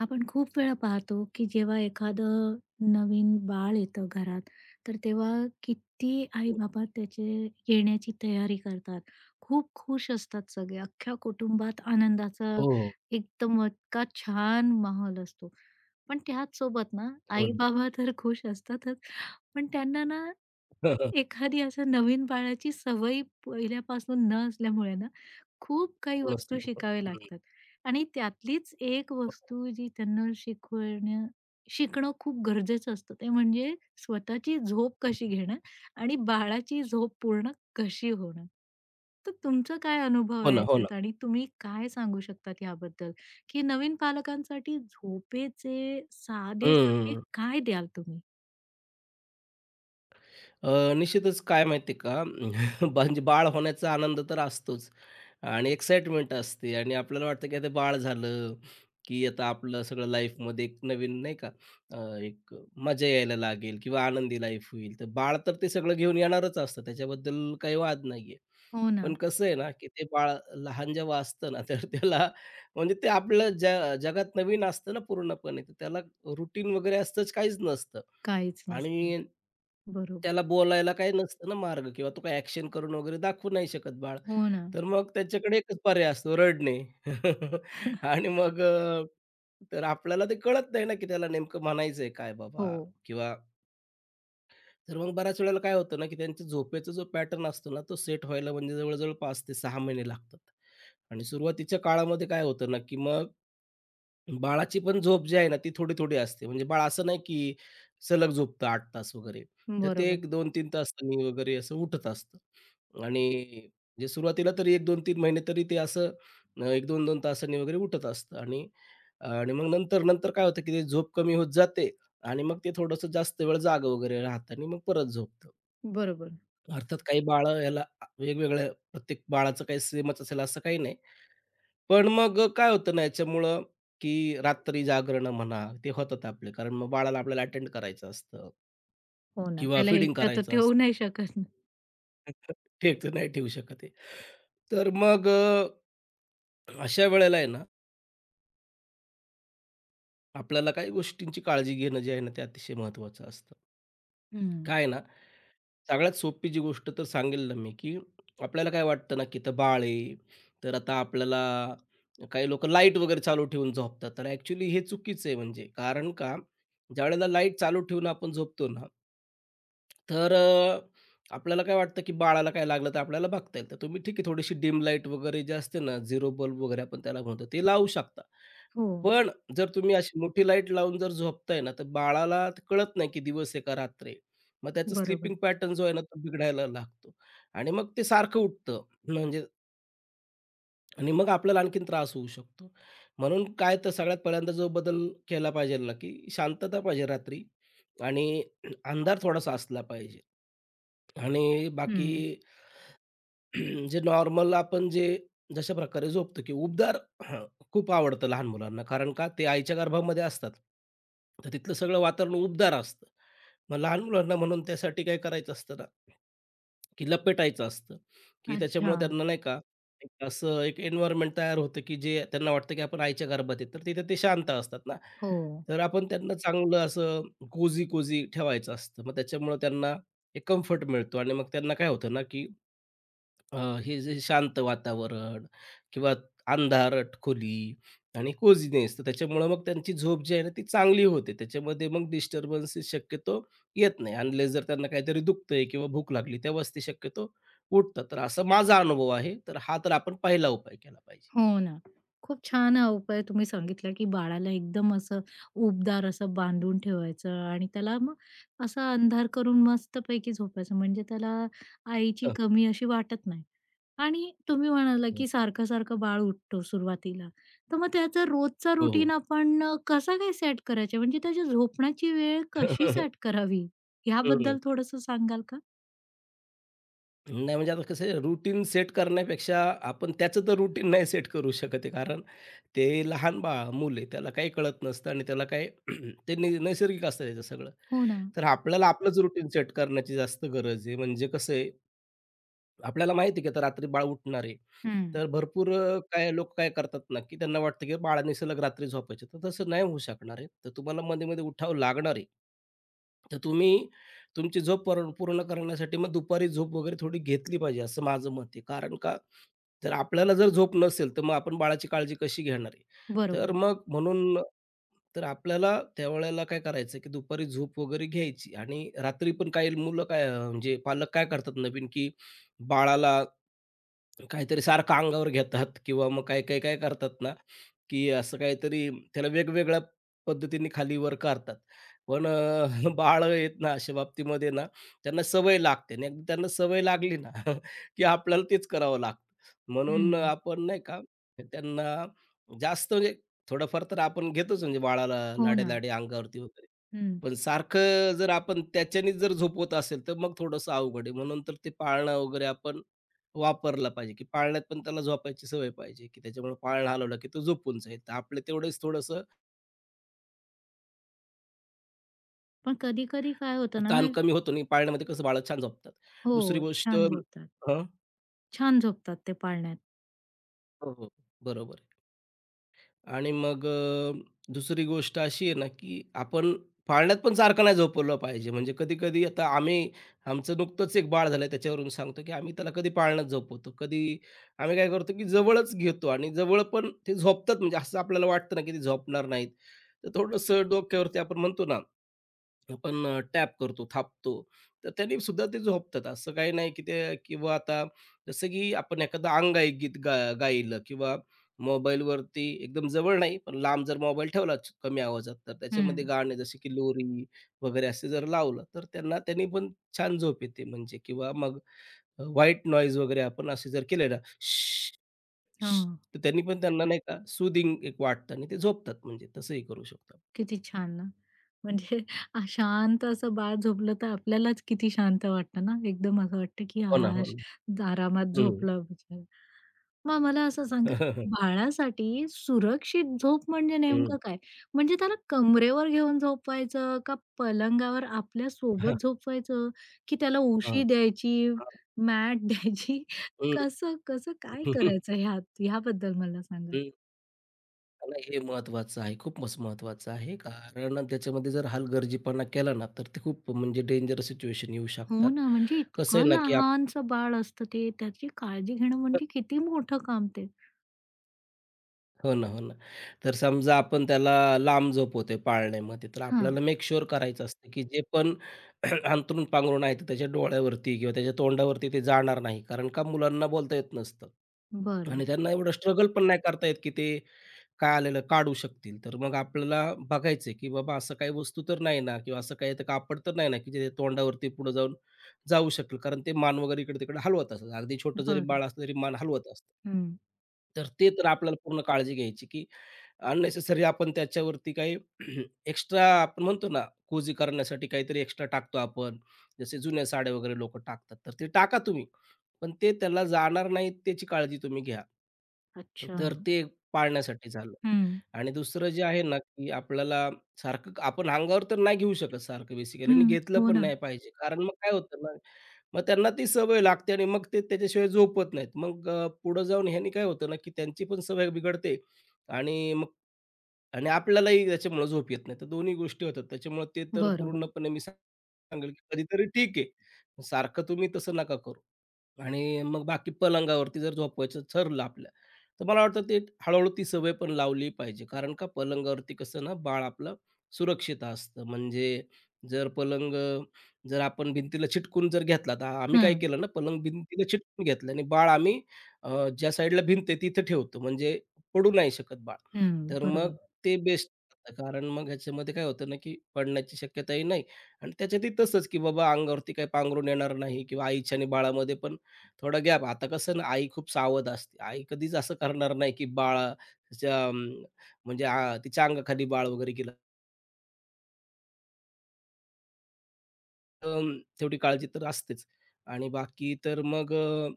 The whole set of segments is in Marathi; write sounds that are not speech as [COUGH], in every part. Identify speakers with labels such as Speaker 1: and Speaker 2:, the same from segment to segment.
Speaker 1: आपण खूप वेळा पाहतो की जेव्हा एखादं नवीन बाळ येतं घरात, तर तेव्हा किती आई-बाबा त्याचे येण्याची तयारी करतात. खूप खुश असतात सगळे. अख्ख्या कुटुंबात आनंदाचा
Speaker 2: हो,
Speaker 1: एकदम इतका छान माहोल असतो. पण त्याच सोबत ना
Speaker 2: हो ना.
Speaker 1: आई-बाबा तर खुश असतातच, पण त्यांना ना
Speaker 2: [LAUGHS] हं, हं.
Speaker 1: एखादी असं नवीन बाळाची सवयी पहिल्यापासून न असल्यामुळे ना, खूप काही
Speaker 2: हो ना.
Speaker 1: वस्तू शिकावे लागतात आणि त्यातलीच एक वस्तू जी त्यांना शिकणं खूप गरजेचं असतं, ते म्हणजे स्वतःची झोप कशी घेणं आणि बाळाची झोप पूर्ण कशी होणं. तर तुमचा काय अनुभव
Speaker 2: हो
Speaker 1: आहे
Speaker 2: ना, हो
Speaker 1: याच्यात आणि तुम्ही काय सांगू शकतात याबद्दल, की नवीन पालकांसाठी झोपेचे
Speaker 2: हं,
Speaker 1: साधे-साधे
Speaker 2: हं.
Speaker 1: काय द्याल तुम्ही?
Speaker 2: निश्चितच काय माहिती आहे का? [LAUGHS] म्हणजे बाळ होण्याचा आनंद तर असतोच आणि एक्साइटमेंट असते आणि आपल्याला वाटतं की आता बाळ झालं, की आता आपलं सगळं लाईफमध्ये एक नवीन नाही का? अ, एक मजा यायला लागेल किंवा आनंदी लाईफ होईल. तर बाळ तर ते सगळं घेऊन येणारच असतं, त्याच्याबद्दल काही वाद नाहीये.
Speaker 1: हो
Speaker 2: पण
Speaker 1: ना,
Speaker 2: कसं आहे ना, की ते बाळ लहान जेव्हा असतं ना, [LAUGHS] तर त्याला म्हणजे ते आपलं जगात नवीन असतं ना पूर्णपणे, तर त्याला रुटीन वगैरे असतंच काहीच नसतं.
Speaker 1: काहीच नसतं.
Speaker 2: आणि
Speaker 1: बरोबर.
Speaker 2: त्याला बोलायला काही नसतं ना मार्ग, किंवा तो काही ॲक्शन करून वगैरे दाखवू नाही शकत बाळ.
Speaker 1: हो ना.
Speaker 2: तर मग त्याच्याकडे एकच पर्याय असतो, रडणे. [LAUGHS] आणि मग तर आपल्याला ते कळत नाही ना, की त्याला नेमकं म्हणायचंय काय
Speaker 1: हो.
Speaker 2: बाबा? किंवा तर मग बऱ्याच वेळेला काय होतं ना, की त्यांच्या झोपेचा जो पॅटर्न असतो ना, तो सेट व्हायला म्हणजे जवळ-जवळ 5 ते 6 महिने लागतात. आणि सुरुवातीच्या काळामध्ये काय होतं ना, की मग बाळाची पण झोप जी आहे ना, ती थोडी-थोडी असते. म्हणजे बाळ असं नाही, की सलग झोपतं 8 तास वगैरे. तर ते
Speaker 1: बरोबर,
Speaker 2: एक 2-3 तासांनी वगैरे असं उठत असतं. आणि म्हणजे सुरुवातीला तरी 1-2-3 महिने तरी ते असं 1-2-2 तासांनी वगैरे उठत असतं. आणि आणि मग नंतर-नंतर काय होतं, की ते झोप कमी होत जाते आणि मग ते थोडंसं जास्त वेळ जागं वगैरे राहतं आणि मग परत झोपतं.
Speaker 1: बरोबर.
Speaker 2: अर्थात काही बाळं याला वेगवेगळ्या प्रत्येक बाळाचं काही सेमच असेल असं काही नाही. पण मग काय होतं ना याच्यामुळं, की रात्री जागरणं म्हणा, ते होतात आपले. कारण मग बाळाला आपल्याला अटेंड करायचं असतं
Speaker 1: हो ना.
Speaker 2: किंवा
Speaker 1: त्याला
Speaker 2: फीडिंग
Speaker 1: एकटं तर
Speaker 2: करायचं असतं.
Speaker 1: ठेवू नाही शकत ना.
Speaker 2: [LAUGHS] एकटं नाही ठेवू शकत आहे. तर मग अशा वेळेला आहे ना, आपल्याला काही गोष्टींची काळजी घेणं जे आहे ना, ते अतिशय महत्त्वाचं असतं.
Speaker 1: हं.
Speaker 2: काय आहे ना, सगळ्यात सोपी जी गोष्ट तर सांगेल ना मी, की आपल्याला काय वाटतं ना, की इथं बाळ आहे, तर आता आपल्याला काही लोकं लाईट वगैरे चालू ठेवून झोपतात. तर ॲक्चुअली हे चुकीचं आहे म्हणजे. कारण का, ज्यावेळेला लाईट चालू ठेवून आपण झोपतो ना, तर आपल्याला काय वाटतं, की बाळाला काय लागलं तर आपल्याला बघता येईल. तर तुम्ही ठीक आहे, थोडीशी डिम लाईट वगैरे जे असते ना, झिरो बल्ब वगैरे आपण त्याला म्हणतो, ते लावू शकता.
Speaker 1: हो.
Speaker 2: पण जर तुम्ही अशी मोठी लाईट लावून जर झोपताय ना, तर बाळाला ते कळत नाही, की दिवस आहे का रात्र आहे. मग त्याचा
Speaker 1: बरोबर.
Speaker 2: स्लीपिंग पॅटर्न जो आहे ना, तो बिघडायला लागतो आणि मग ते सारखं उठतं. म्हणजे आणि मग आपल्याला आणखीन त्रास होऊ शकतो. म्हणून काय, तर सगळ्यात पहिल्यांदा जो बदल केला पाहिजे ना, की शांतता पाहिजे रात्री आणि अंधार थोडासा असला पाहिजे आणि बाकी
Speaker 1: हं.
Speaker 2: [CLEARS THROAT] जे नॉर्मल आपण जे जशा प्रकारे झोपतो की उबदार [CLEARS THROAT] खूप आवडतं लहान मुलांना. कारण का ते आईच्या गर्भामध्ये असतात. तर तिथलं सगळं वातावरण उबदार असतं. मग लहान मुलांना म्हणून त्यासाठी काय करायचं असतं ना, की लपेटायचं असतं, की
Speaker 1: अच्छा.
Speaker 2: त्याच्यामुळे त्यांना नाही का एक असं एक एन्व्हायर्नमेंट तयार होतं, की जे त्यांना वाटतं की आपण आईच्या गर्भात आहे. तर तिथे ते शांत असतात ना.
Speaker 1: हो.
Speaker 2: तर आपण त्यांना चांगलं असं कोजी-कोजी ठेवायचं असतं. मग त्याच्यामुळं त्यांना एक कम्फर्ट मिळतो आणि मग त्यांना काय होतं ना, की अ, हे जे शांत वातावरण किंवा अंधारट खोली आणि कोझीनेस, तर त्याच्यामुळं मग त्यांची झोप जी आहे ना ती चांगली होते. त्याच्यामध्ये मग डिस्टर्बन्सेस शक्यतो येत नाही. अनलेस जर त्यांना काहीतरी दुखतंय किंवा भूक लागली तेव्हाच ते शक्यतो उठतात. तर असा माझा अनुभव आहे. तर हा तर आपण पहिला उपाय केला पाहिजे.
Speaker 1: हो ना. खूप छान हा उपाय तुम्ही सांगितला, की बाळाला एकदम असं उबदार असं बांधून ठेवायचं आणि त्याला मग असा अंधार करून मस्तपैकी झोपायचं. म्हणजे त्याला आईची
Speaker 2: हं.
Speaker 1: कमी अशी वाटत नाही. आणि तुम्ही म्हणाला,
Speaker 2: हं.
Speaker 1: की सारखं-सारखं बाळ उठतो सुरुवातीला. तर मग त्याचा रोजचा
Speaker 2: हो, हो.
Speaker 1: रुटीन आपण कसा काय सेट करायचा? म्हणजे त्याची झोपण्याची वेळ कशी सेट करावी? ह्याबद्दल
Speaker 2: [LAUGHS]
Speaker 1: थोडंसं सांगाल का?
Speaker 2: नाही म्हणजे आता कसं आहे, रुटीन सेट करण्यापेक्षा आपण त्याचं तर रुटीन नाही सेट करू शकत आहे. कारण ते लहान बाळ, मूल आहे. त्याला काही कळत नसतं आणि त्याला काही [CLEARS THROAT] ते नैसर्गिक असतं त्याचं सगळं.
Speaker 1: हो ना.
Speaker 2: तर आपल्याला आपलंच रुटीन सेट करण्याची जास्त गरज आहे. म्हणजे कसं, आपल्याला माहिती आहे की आता रात्री बाळ उठणार आहे.
Speaker 1: हं.
Speaker 2: तर भरपूर काय लोक काय करतात ना, की त्यांना वाटतं की बाळाने सलग रात्री झोपायचे. तर तसं नाही होऊ शकणार आहे. तर तुम्हाला मध्ये-मध्ये उठावं लागणार आहे. तर तुम्ही तुमची झोप पूर्ण पूर्ण करण्यासाठी मग दुपारी झोप वगैरे थोडी घेतली पाहिजे, असं माझं मत आहे. कारण का, तर आपल्याला जर झोप नसेल, तर मग आपण बाळाची काळजी कशी घेणार आहे? तर
Speaker 1: बरोबर.
Speaker 2: मग म्हणून तर आपल्याला त्यावेळेला काय करायचं, की दुपारी झोप वगैरे घ्यायची आणि रात्री पण काही मुलं काय म्हणजे पालक काय करतात नवीन, की बाळाला काहीतरी सारखं अंगावर घेतात किंवा मग काही काही काय करतात ना, की असं काहीतरी त्याला वेगवेगळ्या पद्धतीने खालीवर करतात. पण बाळं [LAUGHS] आहेत ना अशा बाबतीमध्ये ना, त्यांना सवय लागते आणि एकदा त्यांना सवय लागली ना, [LAUGHS] की आपल्याला तेच करावं लागतं. म्हणून
Speaker 1: हं.
Speaker 2: आपण नाही का त्यांना जास्त म्हणजे थोडंफार तर आपण घेतोच म्हणजे बाळाला
Speaker 1: हो ना.
Speaker 2: लाडे-लाडे अंगावरती वगैरे. पण सारखं जर आपण त्याच्यानेच जर झोपवत असेल, तर मग थोडंसं अवघड आहे. म्हणून तर ते पाळणं वगैरे आपण वापरला पाहिजे, की पाळण्यात पण त्याला झोपायची सवय पाहिजे, की त्याच्यामुळे पाळणा हलवला, की तो झोपून जाईल. तर आपलं तेवढंच थोडंसं
Speaker 1: पण कधी-कधी काय होतं ना
Speaker 2: ताण कमी होतो आणि पाळण्यामध्ये कसं बाळं छान झोपतात.
Speaker 1: हो,
Speaker 2: दुसरी गोष्ट,
Speaker 1: छान झोपतात.
Speaker 2: हं.
Speaker 1: छान झोपतात ते पाळण्यात.
Speaker 2: हो, हो. बरोबर. आणि मग दुसरी गोष्ट अशी आहे ना, की आपण पाळण्यात पण सारखं नाही झोपवलं पाहिजे. म्हणजे कधी-कधी आता आम्ही, आमचं नुकतंच एक बाळ झालंय त्याच्यावरून सांगतो, की आम्ही त्याला कधी पाळण्यात झोपवतो, कधी आम्ही काय करतो, की जवळच घेतो आणि जवळ पण ते झोपतात म्हणजे असं आपल्याला वाटतं ना, की ते झोपणार नाहीत. तर थोडंसं डोक्यावरती आपण म्हणतो ना, आपण टॅप करतो, थापतो. तर त्याने सुद्धा ते झोपतात. असं काही नाही की ते, किंवा आता जसं की आपण एखादं अंगाई गीत गायलं किंवा मोबाईलवरती एकदम जवळ नाही, पण लांब जर मोबाईल ठेवला कमी आवाजात, तर
Speaker 1: हं.
Speaker 2: त्याच्यामध्ये गाणे जसे की लोरी वगैरे असे जर लावलं, तर त्यांना त्यांनी पण छान झोप येते म्हणजे, किंवा मग व्हाईट नॉईज वगैरे आपण असे जर केले ना, "श्श,
Speaker 1: हो.
Speaker 2: श्श." तर त्यांनी पण त्यांना नाही का सूदिंग एक वाटतं आणि ते झोपतात म्हणजे तसंही करू शकतो.
Speaker 1: किती छान ना. म्हणजे शांत असं बाळ झोपलं तर आपल्यालाच किती शांत वाटतं ना. एकदम असं वाटतं की
Speaker 2: हो ना, हो
Speaker 1: "आश,
Speaker 2: ना.
Speaker 1: आरामात
Speaker 2: हं.
Speaker 1: झोपला बिचारा." मग मला असं सांगा,
Speaker 2: [LAUGHS]
Speaker 1: बाळासाठी सुरक्षित झोप म्हणजे नेमकं काय? म्हणजे त्याला कमरेवर घेऊन झोपवायचं का पलंगावर आपल्या
Speaker 2: हां,
Speaker 1: सोबत झोपवायचं की त्याला
Speaker 2: हां,
Speaker 1: उशी द्यायची,
Speaker 2: हां.
Speaker 1: मॅट द्यायची?
Speaker 2: हं,
Speaker 1: कसं कसं काय करायचं ह्यात ह्याबद्दल मला सांगा?
Speaker 2: हं. नाही, हे महत्त्वाचं आहे. खूपच महत्त्वाचं आहे. कारण त्याच्यामध्ये जर हलगर्जीपणा केला ना, तर ते खूप म्हणजे डेंजर सिच्युएशन येऊ
Speaker 1: हो
Speaker 2: शकतात.
Speaker 1: ना, म्हणजे
Speaker 2: कसं
Speaker 1: इतकं
Speaker 2: आहे ना, की आपण
Speaker 1: लहानसं बाळ असतं ते. त्याची काळजी घेणं म्हणजे किती मोठं काम ते.
Speaker 2: हो ना, हो ना. तर समजा आपण त्याला लांब झोपवतोय पाळण्यामध्ये, तर
Speaker 1: हां.
Speaker 2: आपल्याला मेक शुअर करायचं असतं, की जे पण [CLEARS THROAT] अंथरूण पांघरूण आहे, ते त्याच्या डोळ्यावरती किंवा त्याच्या तोंडावरती ते जाणार नाही. कारण का मुलांना बोलता येत नसतं
Speaker 1: बरं,
Speaker 2: आणि त्यांना एवढं स्ट्रगल पण नाही करता येत, की ते काय आलेलं काढू शकतील. तर मग आपल्याला बघायचं आहे, की बाबा असं काही वस्तू तर नाही ना, किंवा असं काही तर कापड तर नाही ना, की जे तोंडावरती पुढे जाऊन जाऊ शकेल. कारण ते मान वगैरे इकडे-तिकडे हलवत असतात. अगदी छोटं जरी
Speaker 1: बरं.
Speaker 2: बाळ असलं तरी मान हलवत असतं.
Speaker 1: हं.
Speaker 2: तर ते तर आपल्याला पूर्ण काळजी घ्यायची, की अननेसेसरी आपण त्याच्यावरती काही [CLEARS THROAT] एक्स्ट्रा आपण म्हणतो ना, कोजी करण्यासाठी काहीतरी एक्स्ट्रा टाकतो आपण. जसे जुन्या साड्या वगैरे लोकं टाकतात, तर ते टाका तुम्ही. पण ते त्याला जाणार नाहीत त्याची काळजी तुम्ही घ्या.
Speaker 1: अच्छा.
Speaker 2: तर ते पाळण्यासाठी झालं.
Speaker 1: हं,
Speaker 2: आणि दुसरं जे आहे ना, की आपल्याला सारखं आपण अंगावर तर नाही घेऊ शकत सारखं, बेसिकली, आणि
Speaker 1: हं.
Speaker 2: घेतलं
Speaker 1: हो
Speaker 2: पण
Speaker 1: ना.
Speaker 2: नाही पाहिजे. कारण मग काय होतं ना, मग त्यांना ती सवय लागते आणि मग ते त्याच्याशिवाय झोपत नाहीत. मग पुढं जाऊन ह्यानी काय होतं ना, की त्यांची पण सवय बिघडते आणि मग, आणि आपल्यालाही त्याच्यामुळं झोप येत नाही. तर दोन्ही गोष्टी होतात. त्याच्यामुळं ते तर
Speaker 1: बरोबर.
Speaker 2: पूर्णपणे मी सांगेल, की कधीतरी ठीक आहे. सारखं तुम्ही तसं नका करू. आणि मग बाकी पलंगावरती जर झोपवायचं ठरलं आपलं, तर मला वाटतं ते हळू ती सवय पण लावली पाहिजे. कारण का पलंगावरती कसं ना बाळ आपलं सुरक्षित असतं. म्हणजे जर पलंग जर आपण भिंतीला चिटकून जर घेतला, तर आम्ही काय
Speaker 1: हां.
Speaker 2: केलं ना, पलंग भिंतीला चिटकून घेतला आणि बाळ आम्ही ज्या साईडला भिंत आहे तिथं ठेवतो, म्हणजे पडू नाही शकत बाळ.
Speaker 1: हं,
Speaker 2: तर मग
Speaker 1: बरोबर.
Speaker 2: ते बेस्ट. कारण मग ह्याच्यामध्ये काय होतं ना, की पडण्याची शक्यताही नाही आणि त्याच्यातही तसंच, की बाबा अंगावरती काही पांघरून येणार नाही किंवा आईच्या आणि बाळामध्ये पण थोडा गॅप. आता कसं ना, आई खूप सावध असते. आई कधीच असं करणार नाही, की बाळाच्या म्हणजे तिच्या अंगाखाली बाळ वगैरे गेलं, तर तेवढी काळजी तर असतेच. आणि बाकी तर मग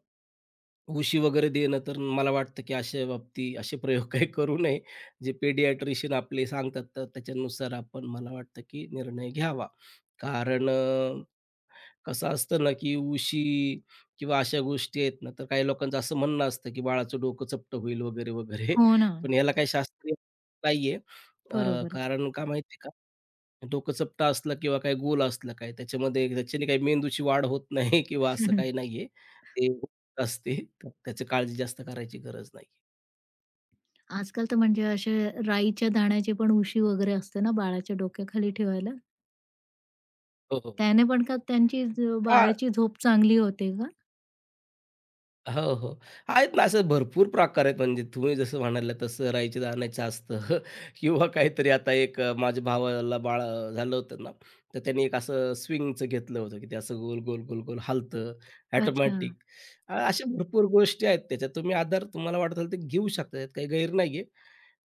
Speaker 2: उशी वगैरे देणं तर मला वाटतं, की अशा बाबतीत असे प्रयोग काही करू नये. जे पेडियाट्रिशियन आपले सांगतात, तर त्याच्यानुसार आपण मला वाटतं, की निर्णय घ्यावा. कारण कसं असतं ना, की उशी किंवा अशा गोष्टी आहेत ना, तर काही लोकांचं असं म्हणणं असतं, की बाळाचं डोकं चपटं होईल वगैरे, वगैरे.
Speaker 1: हो ना,
Speaker 2: पण याला काही शास्त्रीय नाही आहे.
Speaker 1: बरोबर.
Speaker 2: कारण का माहिती का? डोकं चपटं असलं किंवा काही गोल असलं काय त्याच्यामध्ये त्याच्याने काही मेंदूची वाढ होत नाही [LAUGHS] किंवा
Speaker 1: [LAUGHS]
Speaker 2: असं
Speaker 1: हम्म.
Speaker 2: काही नाही ते असते. तर त्याची काळजी जास्त करायची गरज नाही.
Speaker 1: आजकाल तर म्हणजे असे राईच्या दाण्याची पण उशी वगैरे असते ना बाळाच्या डोक्याखाली ठेवायला.
Speaker 2: हो, हो.
Speaker 1: त्याने पण का त्यांची ज
Speaker 2: हां.
Speaker 1: बाळाची झोप चांगली होते का?
Speaker 2: हो, हो. आहेत ना, असे भरपूर प्रकार आहेत म्हणजे तुम्ही जसं म्हणालात तसं राईच्या दाण्याचं असतं [LAUGHS] किंवा काहीतरी आता एक माझ्या भावाला बाळ झालं होतं ना, तर त्याने एक असं स्विंगचं घेतलं होतं, की ते असं गोल, गोल, गोल, गोल हालतं
Speaker 1: अच्छा.
Speaker 2: ऑटोमॅटिक. अशा भरपूर गोष्टी आहेत त्याच्यात. तुम्ही आधार तुम्हाला वाटत असेल तर घेऊ शकता, त्यात काही गैर नाही.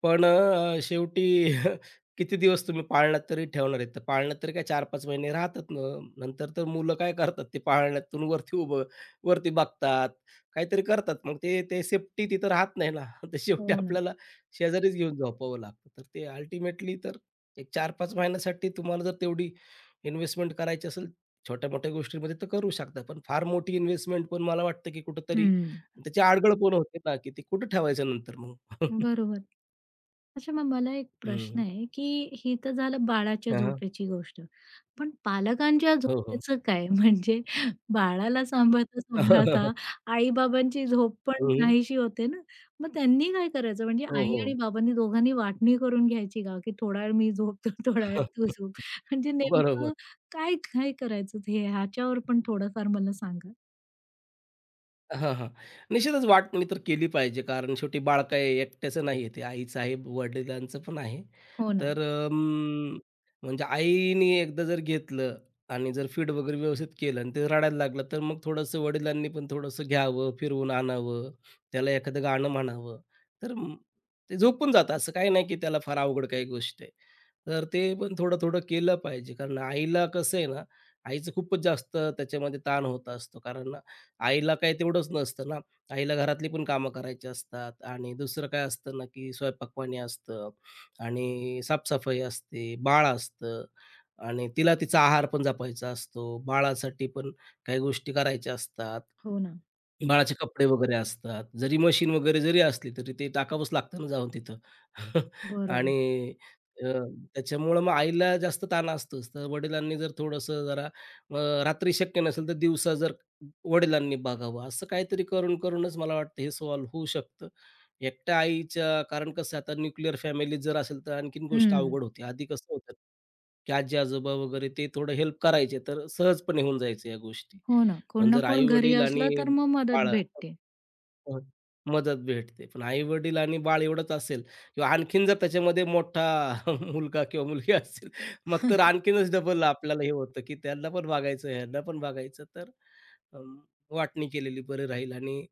Speaker 2: पण शेवटी [LAUGHS] किती दिवस तुम्ही पाळण्यात तरी ठेवणार आहेत? तर पाळण्यात तरी काय 4-5 महिने राहतात ना. नंतर तर मुलं काय करतात, ते पाळण्यातून वरती उभं, वरती बघतात. काहीतरी करतात. मग ते ते सेफ्टी तिथं राहत नाही ना. [LAUGHS] तर शेवटी
Speaker 1: हो ना.
Speaker 2: आपल्याला शेजारीच घेऊन झोपावं लागतं. तर ते अल्टिमेटली तर एक 4-5 महिन्यासाठी तुम्हाला जर तेवढी इन्व्हेस्टमेंट करायची असेल, छोट्या-मोठ्या गोष्टींमध्ये तर करू शकता. पण फार मोठी इन्व्हेस्टमेंट पण मला वाटतं, की कुठेतरी
Speaker 1: हं,
Speaker 2: त्याची आडगळपण होते ना, की ते कुठं ठेवायचं नंतर मग? [LAUGHS]
Speaker 1: बरोबर. अच्छा, मग मला एक प्रश्न
Speaker 2: हं.
Speaker 1: आहे, की ही तर झालं बाळाच्या
Speaker 2: हां, हां.
Speaker 1: झोपेची गोष्ट. पण पालकांच्या
Speaker 2: हो, हो.
Speaker 1: झोपेचं काय? [LAUGHS] म्हणजे बाळाला सांभाळता-सांभाळता
Speaker 2: [LAUGHS]
Speaker 1: आई-बाबांची झोप पण
Speaker 2: हं.
Speaker 1: नाहीशी होते ना. मग त्यांनी काय करायचं? म्हणजे
Speaker 2: हो,
Speaker 1: आई
Speaker 2: हो.
Speaker 1: आणि बाबांनी दोघांनी वाटणी करून घ्यायची का? की थोडा वेळ मी झोपतो, [LAUGHS] थोडा वेळ तू
Speaker 2: [LAUGHS]
Speaker 1: झोप. म्हणजे
Speaker 2: बरोबर.
Speaker 1: नेमकं काय काय करायचं हे ह्याच्यावर पण थोडंफार मला सांगा?
Speaker 2: हां, हां. निश्चितच वाटणी तर केली पाहिजे. कारण शेवटी बाळ काही एकट्याचं नाही आहे. ते आईचं आहे, वडिलांचं पण आहे.
Speaker 1: हो ना,
Speaker 2: तर म्हणजे आईने एकदा जर घेतलं आणि जर फीड वगैरे व्यवस्थित केलं आणि ते रडायला लागलं, तर मग थोडंसं वडिलांनी पण थोडंसं घ्यावं, फिरवून आणावं, त्याला एखादं गाणं म्हणावं. तर ते झोपून जातं. असं काही नाही की त्याला फार अवघड काही गोष्ट आहे. तर ते पण थोडं-थोडं केलं पाहिजे. कारण आईला कसं आहे ना, आईचं खूपच जास्त त्याच्यामध्ये ताण होत असतो. कारण आईला काही तेवढंच नसतं ना, आईला घरातली पण कामं करायची असतात आणि दुसरं काय असतं ना, की स्वयंपाकपाणी असतं आणि साफसफाई असते, बाळ असतं आणि तिला तिचा आहार पण जपायचा असतो. बाळासाठी पण काही गोष्टी करायच्या असतात.
Speaker 1: हो ना.
Speaker 2: बाळाचे कपडे वगैरे असतात. जरी मशीन वगैरे जरी असली, तरी ते टाकावंच लागतं ना जाऊन तिथं. [LAUGHS] आणि
Speaker 1: बरोबर.
Speaker 2: अ, त्याच्यामुळं मग आईला जास्त ताण असतोच. तर वडिलांनी जर थोडंसं जरा रात्री शक्य नसेल, तर दिवसा जर वडिलांनी बघावं, असं काहीतरी करून, करूनच मला वाटतं हे सॉल्व्ह होऊ शकतं. एकट्या आईच्या कारण कसं आहे, आता न्यूक्लिअर फॅमिली जर असेल, तर आणखीन गोष्ट
Speaker 1: हं.
Speaker 2: अवघड होते. आधी कसं होतं, की आजी-आजोबा वगैरे ते थोडं हेल्प करायचे, तर सहजपणे होऊन जायचं या गोष्टी.
Speaker 1: हो ना. कोण
Speaker 2: पण
Speaker 1: ना
Speaker 2: जर
Speaker 1: कोण घरी
Speaker 2: आई-वडील आणि
Speaker 1: असलं तर मग
Speaker 2: बाळ
Speaker 1: मदत भेटते.
Speaker 2: हं, मदत भेटते. पण आई-वडील आणि बाळ एवढंच असेल किंवा आणखीन जर त्याच्यामध्ये मोठा [LAUGHS] मुलगा किंवा मुलगी असेल, मग तर आणखीनच डबल आपल्याला हे होतं, की त्यांना पण बघायचं, ह्यांना पण बघायचं. तर अं, वाटणी केलेली बरी राहील आणि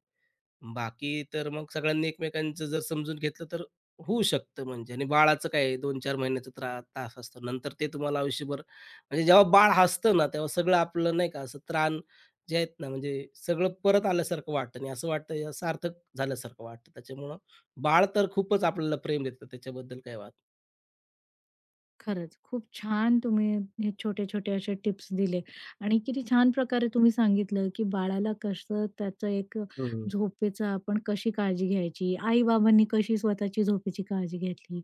Speaker 2: बाकी तर मग सगळ्यांनी एकमेकांचं जर समजून घेतलं तर होऊ शकतं म्हणजे, आणि बाळाचं काय 2-4 महिन्याचा त्रास असतो. नंतर ते तुम्हाला आयुष्यभर म्हणजे जेव्हा बाळ हसतं ना, तेव्हा सगळं आपलं नाही का असं त्राण जे आहेत ना, म्हणजे सगळं परत आल्यासारखं वाटतं आणि असं वाटतं या सार्थक झाल्यासारखं वाटतं. त्याच्यामुळं बाळ तर खूपच आपल्याला प्रेम देतं, त्याच्याबद्दल काही वाद.
Speaker 1: खरंच, खूप छान तुम्ही हे छोटे-छोटे असे टिप्स दिले आणि किती छान प्रकारे तुम्ही सांगितलं, की बाळाला कसं त्याचं एक
Speaker 2: हं.
Speaker 1: झोपेचं आपण कशी काळजी घ्यायची, आई-बाबांनी कशी स्वतःची झोपेची काळजी घेतली.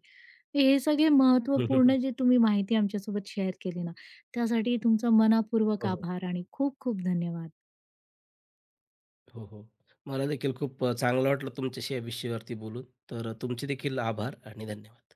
Speaker 1: हे सगळे महत्त्वपूर्ण जे तुम्ही माहिती आमच्यासोबत शेअर केली ना, त्यासाठी तुमचा मनःपूर्वक
Speaker 2: [LAUGHS] हो.
Speaker 1: आभार आणि खूप खूप धन्यवाद.
Speaker 2: हो, हो. मला देखील खूप चांगलं वाटलं तुमच्याशी या विषयावरती बोलून. तर तुमचे देखील आभार आणि धन्यवाद.